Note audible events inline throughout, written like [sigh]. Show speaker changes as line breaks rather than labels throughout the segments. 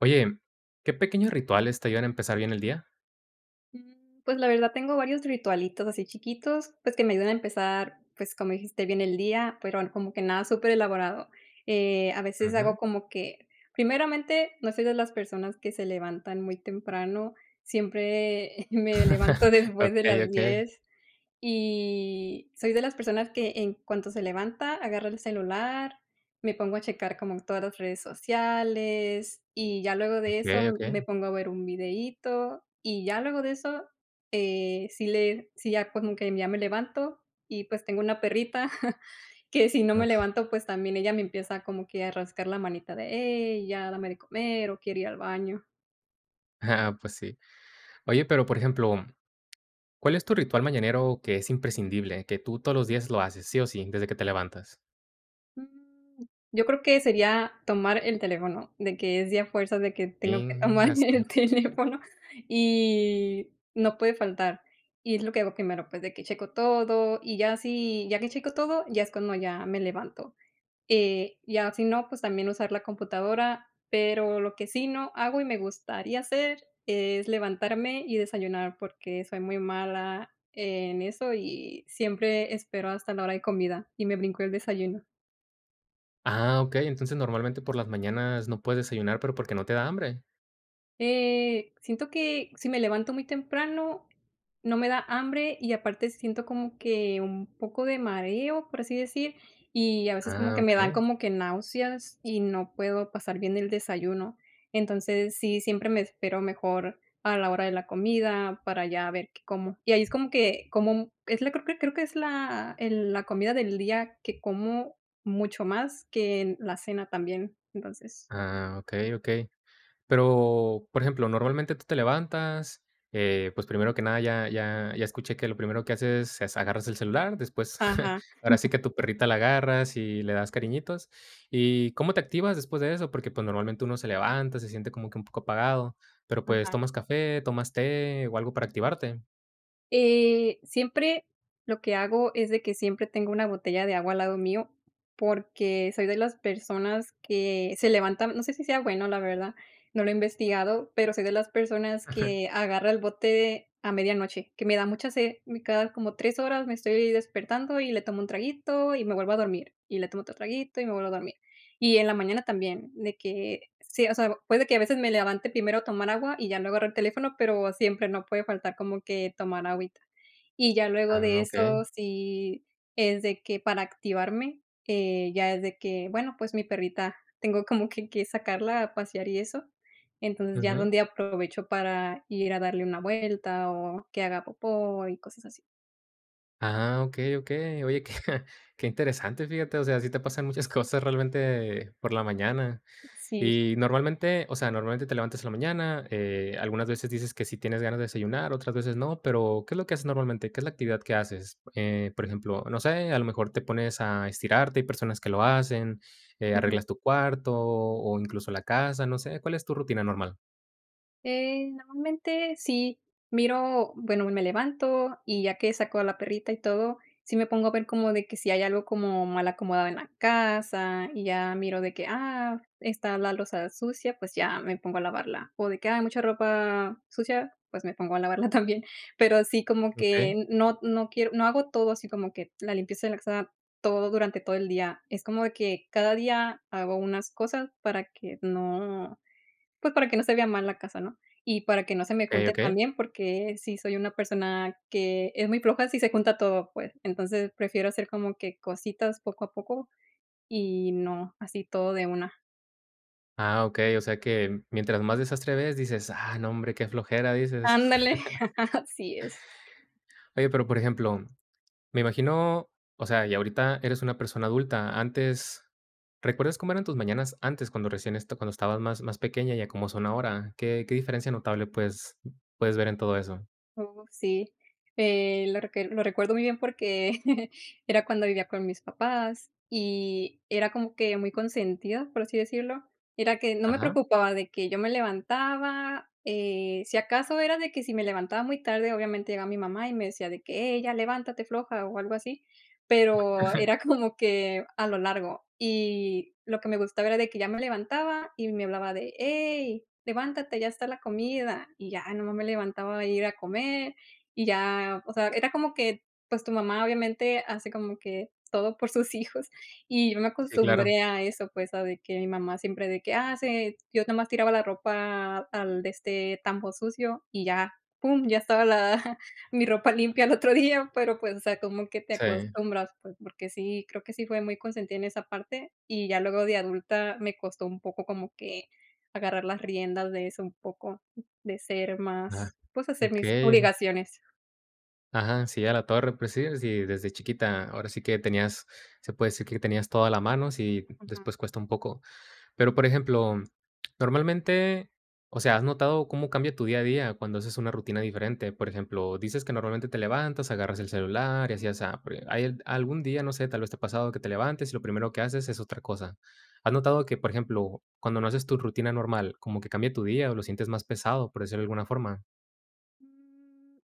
Oye, ¿qué pequeños rituales te ayudan a empezar bien el día?
Pues, la verdad tengo varios ritualitos así chiquitos, pues, que me ayudan a empezar, pues, como dijiste, bien el día, pero como que nada superelaborado. A veces hago
Ujú.
como que primeramente, no soy de las personas que se levantan muy temprano, siempre [laughs] me levanto
[laughs]
después de
Okey,
las
okey,
10. Y soy de las personas que en cuanto se levanta, agarra el celular, me pongo a checar como todas las redes sociales y ya luego de
okey,
eso
okey.
me pongo a ver un videíto y ya luego de eso, sí le sí ya como que ya me levanto. Y pues tengo una perrita [laughs] que si no me levanto, pues también ella me empieza como que a rascar la manita de: "Hey, ya dame de comer", o quiere ir al baño.
Ajá, pues sí. Oye, pero, por ejemplo, ¿cuál es tu ritual mañanero que es imprescindible, que tú todos los días lo haces sí o sí, desde que te levantas?
Mm, yo creo que sería tomar el teléfono, de que es de fuerzas de que tengo que tomar [laughs]
Íngasu.
el teléfono y no puede faltar. Y es lo que hago primero, pues, de que checo todo y ya si ya que checo todo, ya es cuando ya me levanto. Ya si no, pues, también usar la computadora, pero lo que sí no hago y me gustaría hacer es levantarme y desayunar, porque soy muy mala en eso y siempre espero hasta la hora de comida y me brinco el desayuno.
Ah, okey, entonces, normalmente por las mañanas no puedes desayunar, pero ¿porque no te da hambre?
Siento que si me levanto muy temprano, no me da hambre y aparte siento como que un poco de mareo, por así decir, y a veces como
Ah,
que me dan
okey.
como que náuseas y no puedo pasar bien el desayuno. Entonces, sí, siempre me espero mejor a la hora de la comida para ya ver qué como. Y ahí es como que como es la creo que es la comida del día que como mucho más que en la cena también. Entonces
Ah, okey, okey. Pero, por ejemplo, normalmente tú te levantas, pues, primero que nada, ya escuché que lo primero que haces es agarras el celular, después, [laughs]
ajá,
ahora sí que tu perrita la agarras y le das cariñitos. ¿Y cómo te activas después de eso? Porque, pues, normalmente uno se levanta, se siente como que un poco apagado, pero, pues,
ajá.
¿tomas café, tomas té o algo para activarte?
Siempre lo que hago es de que siempre tengo una botella de agua al lado mío, porque soy de las personas que se levantan, no sé si sea bueno, la verdad, no lo he investigado, pero soy de las personas que
[laughs]
agarra el bote a medianoche, que me da mucha sed, y cada como 3 horas me estoy despertando y le tomo un traguito y me vuelvo a dormir, y le tomo otro traguito y me vuelvo a dormir. Y en la mañana también, de que sí, o sea, puede que a veces me levante primero a tomar agua y ya luego agarrar el teléfono, pero siempre no puede faltar como que tomar agüita. Y ya luego de
Ah, okey.
eso, sí es de que para activarme, ya es de que, bueno, pues mi perrita tengo como que sacarla a pasear y eso. Entonces, ya
Ujú.
donde aprovecho para ir a darle una vuelta o que haga popó y cosas así.
Ah, okey, okey. Oye, qué [laughs] qué interesante, fíjate, o sea, sí te pasan muchas cosas realmente por la mañana.
Sí.
Y normalmente, o sea, normalmente te levantas en la mañana, algunas veces dices que si tienes ganas de desayunar, otras veces no, pero ¿qué es lo que haces normalmente? ¿Qué es la actividad que haces? Por ejemplo, no sé, a lo mejor te pones a estirarte, hay personas que lo hacen, arreglas tu cuarto o incluso la casa, no sé, ¿cuál es tu rutina normal?
Normalmente sí miro, bueno, me levanto y ya que saco a la perrita y todo, sí me pongo a ver como de que si hay algo como mal acomodado en la casa y ya miro de que, ah, está la loza sucia, pues ya me pongo a lavarla. O de que ah, hay mucha ropa sucia, pues me pongo a lavarla [laughs] también. Pero así como
Okey,
que no, no quiero, no hago todo así como que la limpieza de la casa todo durante todo el día. Es como de que cada día hago unas cosas para que no pues, para que no se vea mal la casa, ¿no? Y para que no se me
okey,
junte
okey.
también, porque sí soy una persona que es muy floja si se junta todo, pues. Entonces, prefiero hacer como que cositas poco a poco y no así todo de una.
Ah, okey, o sea que mientras más desastre ves, dices: "Ah, no, hombre, qué flojera", dices.
Ándale,
[laughs]
[laughs] así es.
Oye, pero, por ejemplo, me imagino, o sea, y ahorita eres una persona adulta. Antes, ¿recuerdas cómo eran tus mañanas antes cuando recién est cuando estabas más pequeña y a cómo son ahora? ¿Qué diferencia notable puedes ver en todo eso?
Sí, lo recuerdo muy bien porque [laughs] era cuando vivía con mis papás y era como que muy consentida, por así decirlo. Era que no me
Ajá.
preocupaba de que yo me levantaba, si acaso era de que si me levantaba muy tarde, obviamente llegaba mi mamá y me decía de que: ella levántate floja", o algo así pero era
[laughs]
como que a lo largo. Y lo que me gustaba era de que ya me levantaba y me hablaba de: "Hey, levántate, ya está la comida", y ya nomás me levantaba a ir a comer, y ya, o sea, era como que, pues, tu mamá obviamente hace como que todo por sus [laughs] hijos, y yo me
Sí, claro.
acostumbré a eso, pues, a de que mi mamá siempre de que: "Ah, se", yo nomás tiraba la ropa al, de este, tambo sucio y ya, pum, ya estaba la mi ropa limpia al otro día, pero, pues, o sea, como que te
Sí.
acostumbras, pues, porque sí, creo que sí fue muy consentida en esa parte, y ya luego de adulta me costó un poco como que agarrar las riendas de eso un poco, de ser
Ajá.
más, pues, hacer mis
Okey.
obligaciones.
Ajá, sí, a la torre, pues sí, sí, desde chiquita, ahora sí que tenías, se puede decir que tenías toda la mano, sí,
Ujú.
después cuesta un poco. Pero, por ejemplo, normalmente, o sea, ¿has notado cómo cambia tu día a día cuando haces una rutina diferente? Por ejemplo, dices que normalmente te levantas, agarras el celular y así, asá, pero hay algún día, no sé, tal vez te ha pasado que te levantes y lo primero que haces es otra cosa. ¿Has notado que, por ejemplo, cuando no haces tu rutina normal, como que cambia tu día o lo sientes más pesado, por decirlo de alguna forma?
Mm.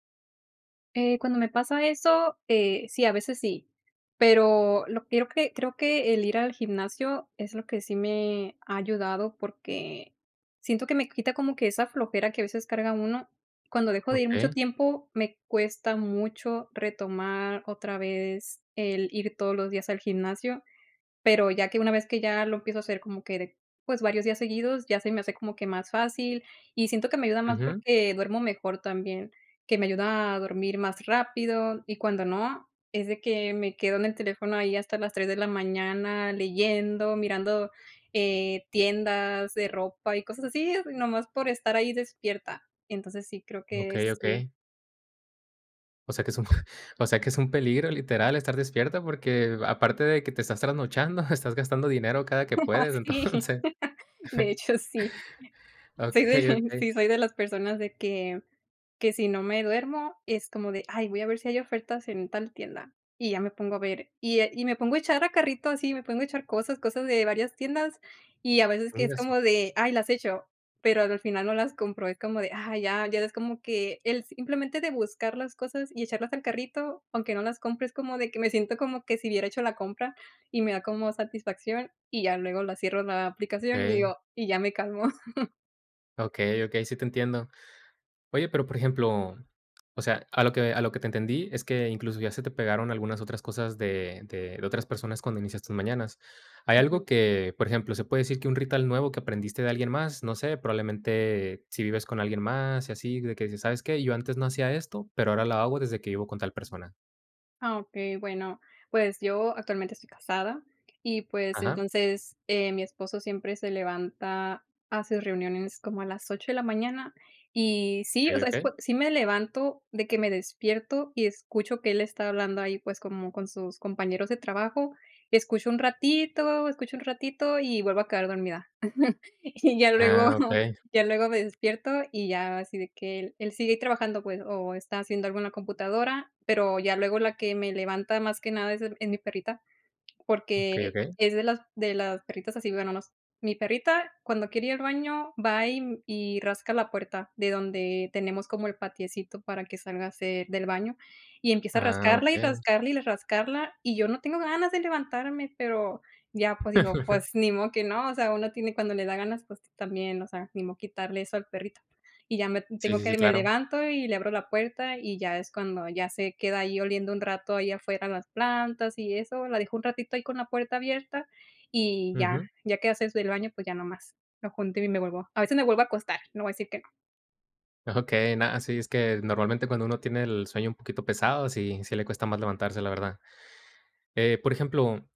Cuando me pasa eso, sí, a veces sí, pero lo creo que el ir al gimnasio es lo que sí me ha ayudado, porque siento que me quita como que esa flojera que a veces carga uno. Cuando dejo de ir mucho
Ok,
tiempo, me cuesta mucho retomar otra vez el ir todos los días al gimnasio. Pero ya que una vez que ya lo empiezo a hacer como que de, pues, varios días seguidos, ya se me hace como que más fácil, y siento que me ayuda más
ujú,
porque duermo mejor también, que me ayuda a dormir más rápido, y cuando no, es de que me quedo en el teléfono ahí hasta las 3 de la mañana leyendo, mirando, tiendas de ropa y cosas así, nomás por estar ahí despierta. Entonces sí, creo
ok,
que
ok.
sí. [laughs]
O sea que es un, [laughs] o sea que es un peligro literal estar despierta porque aparte de que te estás trasnochando, [laughs] estás gastando dinero cada que
Ah,
puedes, [laughs]
sí,
entonces.
de hecho sí. Soy de
Okey,
[laughs]
okey.
sí, soy de las personas de que si no me duermo es como de: "Ay, voy a ver si hay ofertas en tal tienda", y ya me pongo a ver, y me pongo a echar a carrito así, me pongo a echar cosas, cosas de varias tiendas, y a veces que es
Ingasu.
como de: "Ay, las echo", pero al final no las compro, es como de: "Ah, ya", ya es como que el simplemente de buscar las cosas y echarlas al carrito, aunque no las compre, es como de que me siento como que si hubiera hecho la compra y me da como satisfacción, y ya luego la cierro la aplicación y
Okey,
digo y ya me calmo.
okey, okey, sí te entiendo. Oye, pero, por ejemplo, o sea, a lo que te entendí es que incluso ya se te pegaron algunas otras cosas de otras personas cuando inicias tus mañanas. ¿Hay algo
[laughs]
que, por ejemplo, se puede decir que un ritual nuevo que aprendiste de alguien más? No sé, probablemente si vives con alguien más y así, de que dices: "¿Sabes qué? Yo antes no hacía esto, pero ahora lo hago desde que vivo con tal persona".
Ah, okey, bueno, pues yo actualmente estoy casada y, pues,
Ajá,
entonces, mi esposo siempre se levanta a sus reuniones como a las 8 de la mañana y sí, o
okey,
sea, es
okey.
cua sí me levanto de que me despierto y escucho que él está hablando ahí, pues, como con sus compañeros de trabajo, escucho un ratito y vuelvo a quedar dormida. [laughs] Y ya luego
Ah, okey,
me despierto y ya así de que él sigue trabajando, pues, o está haciendo algo en la computadora, pero ya luego la que me levanta más que nada es mi perrita.
okey,
Porque
okey.
es de las perritas así, bueno, nos mi perrita cuando quiere ir al baño va y rasca la puerta de donde tenemos como el patiecito para que salga a hacer del baño, y empieza a
Ah,
rascarla, y
okey.
rascarla, y rascarla, y yo no tengo ganas de levantarme, pero ya, pues digo,
[laughs]
pues ni modo que no, o sea, uno tiene cuando le da ganas, pues también, o sea, ni modo quitarle eso al perrito. Y ya me
Sí,
tengo
sí,
que
sí,
me
claro.
levanto y le abro la puerta, y ya es cuando ya se queda ahí oliendo un rato ahí afuera las plantas y eso, la dejo un ratito ahí con la puerta abierta y ya,
Ujú.
ya que haces del baño, pues ya nomás lo junto y me vuelvo a veces me vuelvo a acostar, no voy a decir que
Okey, nada. Sí, es que normalmente cuando uno tiene el sueño un poquito pesado, sí le cuesta más levantarse, la verdad. Por ejemplo,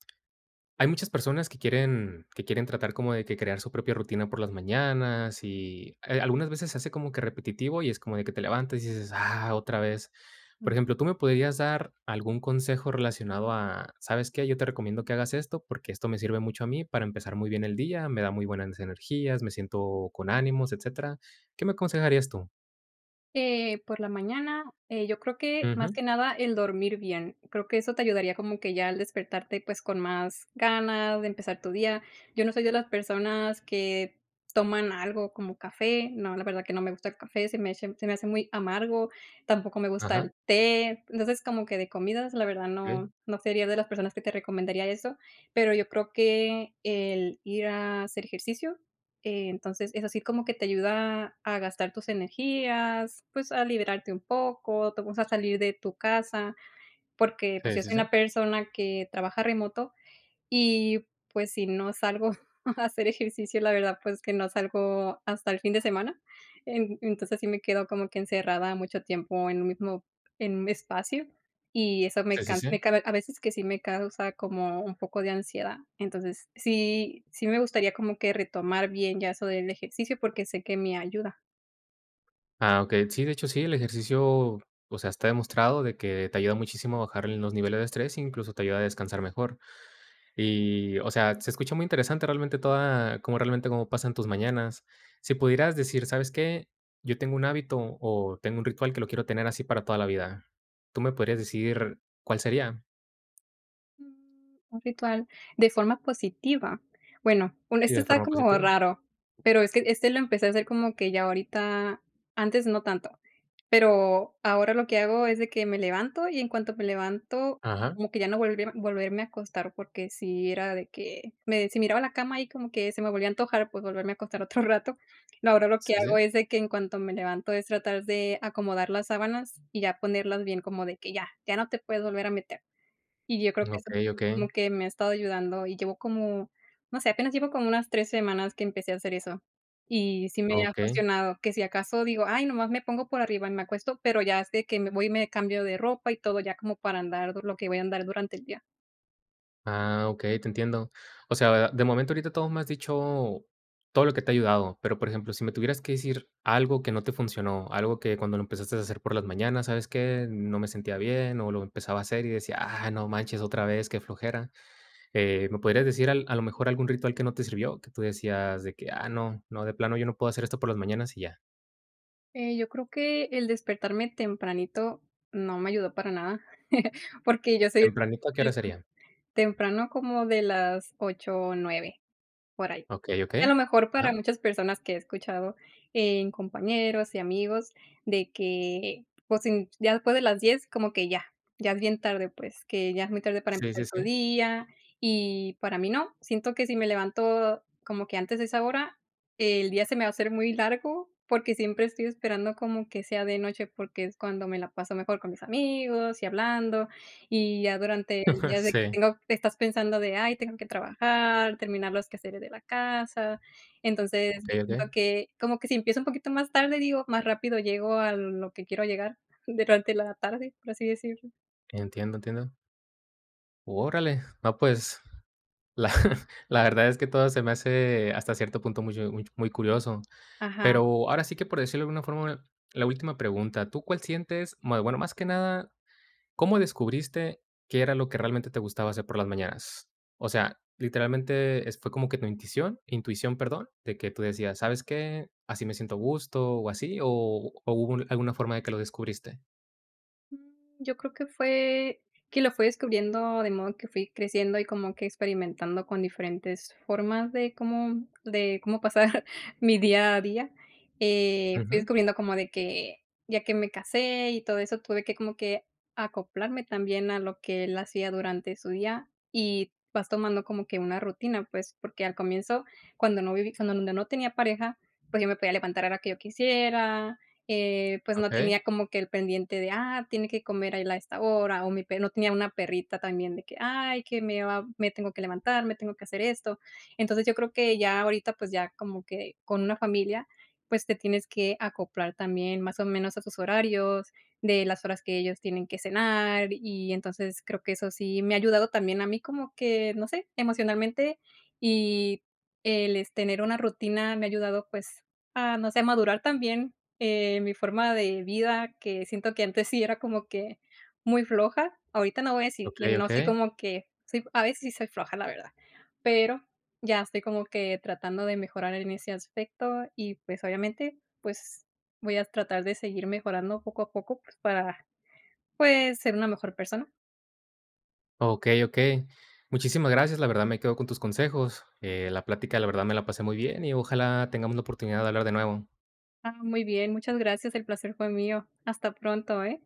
hay muchas personas que quieren tratar como de que crear su propia rutina por las mañanas y, algunas veces se hace como que repetitivo y es como de que te levantas y dices: "Ah, otra vez". Por
no.
ejemplo, ¿tú me podrías dar algún consejo relacionado a: "¿Sabes qué? Yo te recomiendo que hagas esto, porque esto me sirve mucho a mí para empezar muy bien el día, me da muy buenas energías, me siento con ánimos", etcétera? ¿Qué me aconsejarías tú?
Por la mañana, yo creo que más
Ujú,
que nada el dormir bien. Creo que eso te ayudaría como que ya al despertarte, pues, con más ganas de empezar tu día. Yo no soy de las personas que toman algo como café. No, la verdad que no me gusta el café, se me hace muy amargo. Tampoco me gusta
ajá.
el té. Entonces, como que de comidas, la verdad
Okey.
no sería de las personas que te recomendaría eso, pero yo creo que el ir a hacer ejercicio entonces, es así como que te ayuda a gastar tus energías, pues, a liberarte un poco, te vas a salir de tu casa, porque, pues,
Sí,
yo
sí,
soy
sí.
una persona que trabaja remoto, y, pues, si no salgo [laughs] a hacer ejercicio, la verdad, pues, que no salgo hasta el fin de semana. En entonces, sí me quedo como que encerrada mucho tiempo en un mismo en un espacio, y eso me
Sí, sí,
cansa
sí.
me ca a veces que sí me causa como un poco de ansiedad. Entonces, sí me gustaría como que retomar bien ya eso del ejercicio, porque sé que me ayuda.
Ah, okey. Sí, de hecho, sí, el ejercicio, o sea, está demostrado de que te ayuda muchísimo a bajar los niveles de estrés, incluso te ayuda a descansar mejor. Y, o sea, se escucha muy interesante realmente toda cómo realmente cómo pasan tus mañanas. Si pudieras decir: "¿Sabes qué? Yo tengo un hábito o tengo un ritual que lo quiero tener así para toda la vida", ¿tú me podrías decir cuál sería?
Un ritual de forma positiva. Bueno, un
Y
este
de
está
forma
como
positiva.
raro, pero es que este lo empecé a hacer como que ya ahorita, antes no tanto, pero ahora lo que hago es de que me levanto y en cuanto me levanto,
Ajá.
como que ya no volverme a acostar, porque si era de que me si miraba la cama y como que se me volvía a antojar, pues volverme a acostar otro [laughs] rato. No, ahora lo que
Sí,
hago
sí.
es de que en cuanto me levanto es tratar de acomodar las sábanas y ya ponerlas bien como de que ya, ya no te puedes volver a meter. Y yo creo que eso
Okey,
sí
okey,
como que me ha estado ayudando, y llevo como, no sé, apenas llevo como unas 3 semanas que empecé a hacer eso, y sí me ha
okey.
funcionado, que si acaso digo: "Ay, nomás me pongo por arriba y me acuesto", pero ya es de que me voy y me cambio de ropa y todo, ya como para andar du lo que voy a andar durante el día.
Ah, okey, te entiendo. O sea, de momento ahorita todo me has dicho, todo lo que te ha ayudado, pero, por ejemplo, si me tuvieras que decir algo que no te funcionó, algo que cuando lo empezaste a hacer por las mañanas, ¿sabes qué? No me sentía bien, o lo empezaba a hacer y decía: "Ah, no manches, otra vez, qué flojera". ¿Me podrías decir al a lo mejor algún ritual que no te sirvió? Que tú decías de que: "Ah, no, no, de plano yo no puedo hacer esto por las mañanas", y ya.
Yo creo que el despertarme tempranito no me ayudó para nada, [laughs] porque yo soy
¿Tempranito a qué hora sería?
temprano como de las 8 o 9. Por ahí.
Okey,
Y a lo
okey.
mejor para
Ajá.
muchas personas que he escuchado en compañeros y amigos de que, pues, en ya después de las 10 como que ya, ya es bien tarde, pues, que ya es muy tarde para
Sí,
empezar
sí,
tu
sí.
día, y para mí no, siento que si me levanto como que antes de esa hora, el día se me va a hacer muy largo, porque siempre estoy esperando como que sea de noche, porque es cuando me la paso mejor con mis amigos y hablando, y ya durante el
[laughs]
día de que
Sí.
tengo estás pensando de: "Ay, tengo que trabajar, terminar los quehaceres de la casa". Entonces, yo
Okey, okey.
siento que como que si empiezo un poquito más tarde, digo, más rápido llego a lo que quiero llegar [laughs] durante la tarde, por así decirlo.
Entiendo, entiendo. Órale. No, pues la [laughs] la verdad es que todo se me hace hasta cierto punto muy muy muy curioso.
Ajá.
Pero ahora sí que, por decirlo de alguna forma, la última pregunta, ¿tú cuál sientes? Bueno, más que nada, ¿cómo descubriste qué era lo que realmente te gustaba hacer por las mañanas? O sea, literalmente, es ¿fue como que tu intuición, perdón, de que tú decías: "¿Sabes qué? Así me siento a gusto", o así, o hubo alguna forma de que lo descubriste?
Mm, yo creo que fue que lo fui descubriendo de modo que fui creciendo y como que experimentando con diferentes formas de cómo pasar [laughs] mi día a día. Fui
Ujú.
descubriendo como de que ya que me casé y todo eso, tuve que como que acoplarme también a lo que él hacía durante su día y vas tomando como que una rutina, pues, porque al comienzo, cuando no tenía pareja, pues, yo me podía levantar a la hora que yo quisiera, pues, no
Okey,
tenía como que el pendiente de: "Ah, tiene que comer a esta hora", o mi pe no tenía una perrita también de que: "Ay, que me va me tengo que levantar, me tengo que hacer esto". Entonces, yo creo que ya ahorita, pues, ya como que con una familia, pues, te tienes que acoplar también más o menos a sus horarios, de las horas que ellos tienen que cenar, y entonces creo que eso sí me ha ayudado también a mí como que, no sé, emocionalmente, y es tener una rutina me ha ayudado, pues, a, no sé, madurar también. Mi forma de vida, que siento que antes sí era como que muy floja. Ahorita no voy a decir que
okey,
no soy
okey.
como que soy a veces sí soy floja, la verdad, pero ya estoy como que tratando de mejorar en ese aspecto y, pues, obviamente, pues, voy a tratar de seguir mejorando poco a poco, pues, para, pues, ser una mejor persona.
Ok, ok. Muchísimas gracias, la verdad me quedo con tus consejos. La plática, la verdad, me la pasé muy bien y ojalá tengamos la oportunidad de hablar de nuevo.
Ah, muy bien, muchas gracias, el placer fue mío. Hasta pronto, ¿eh?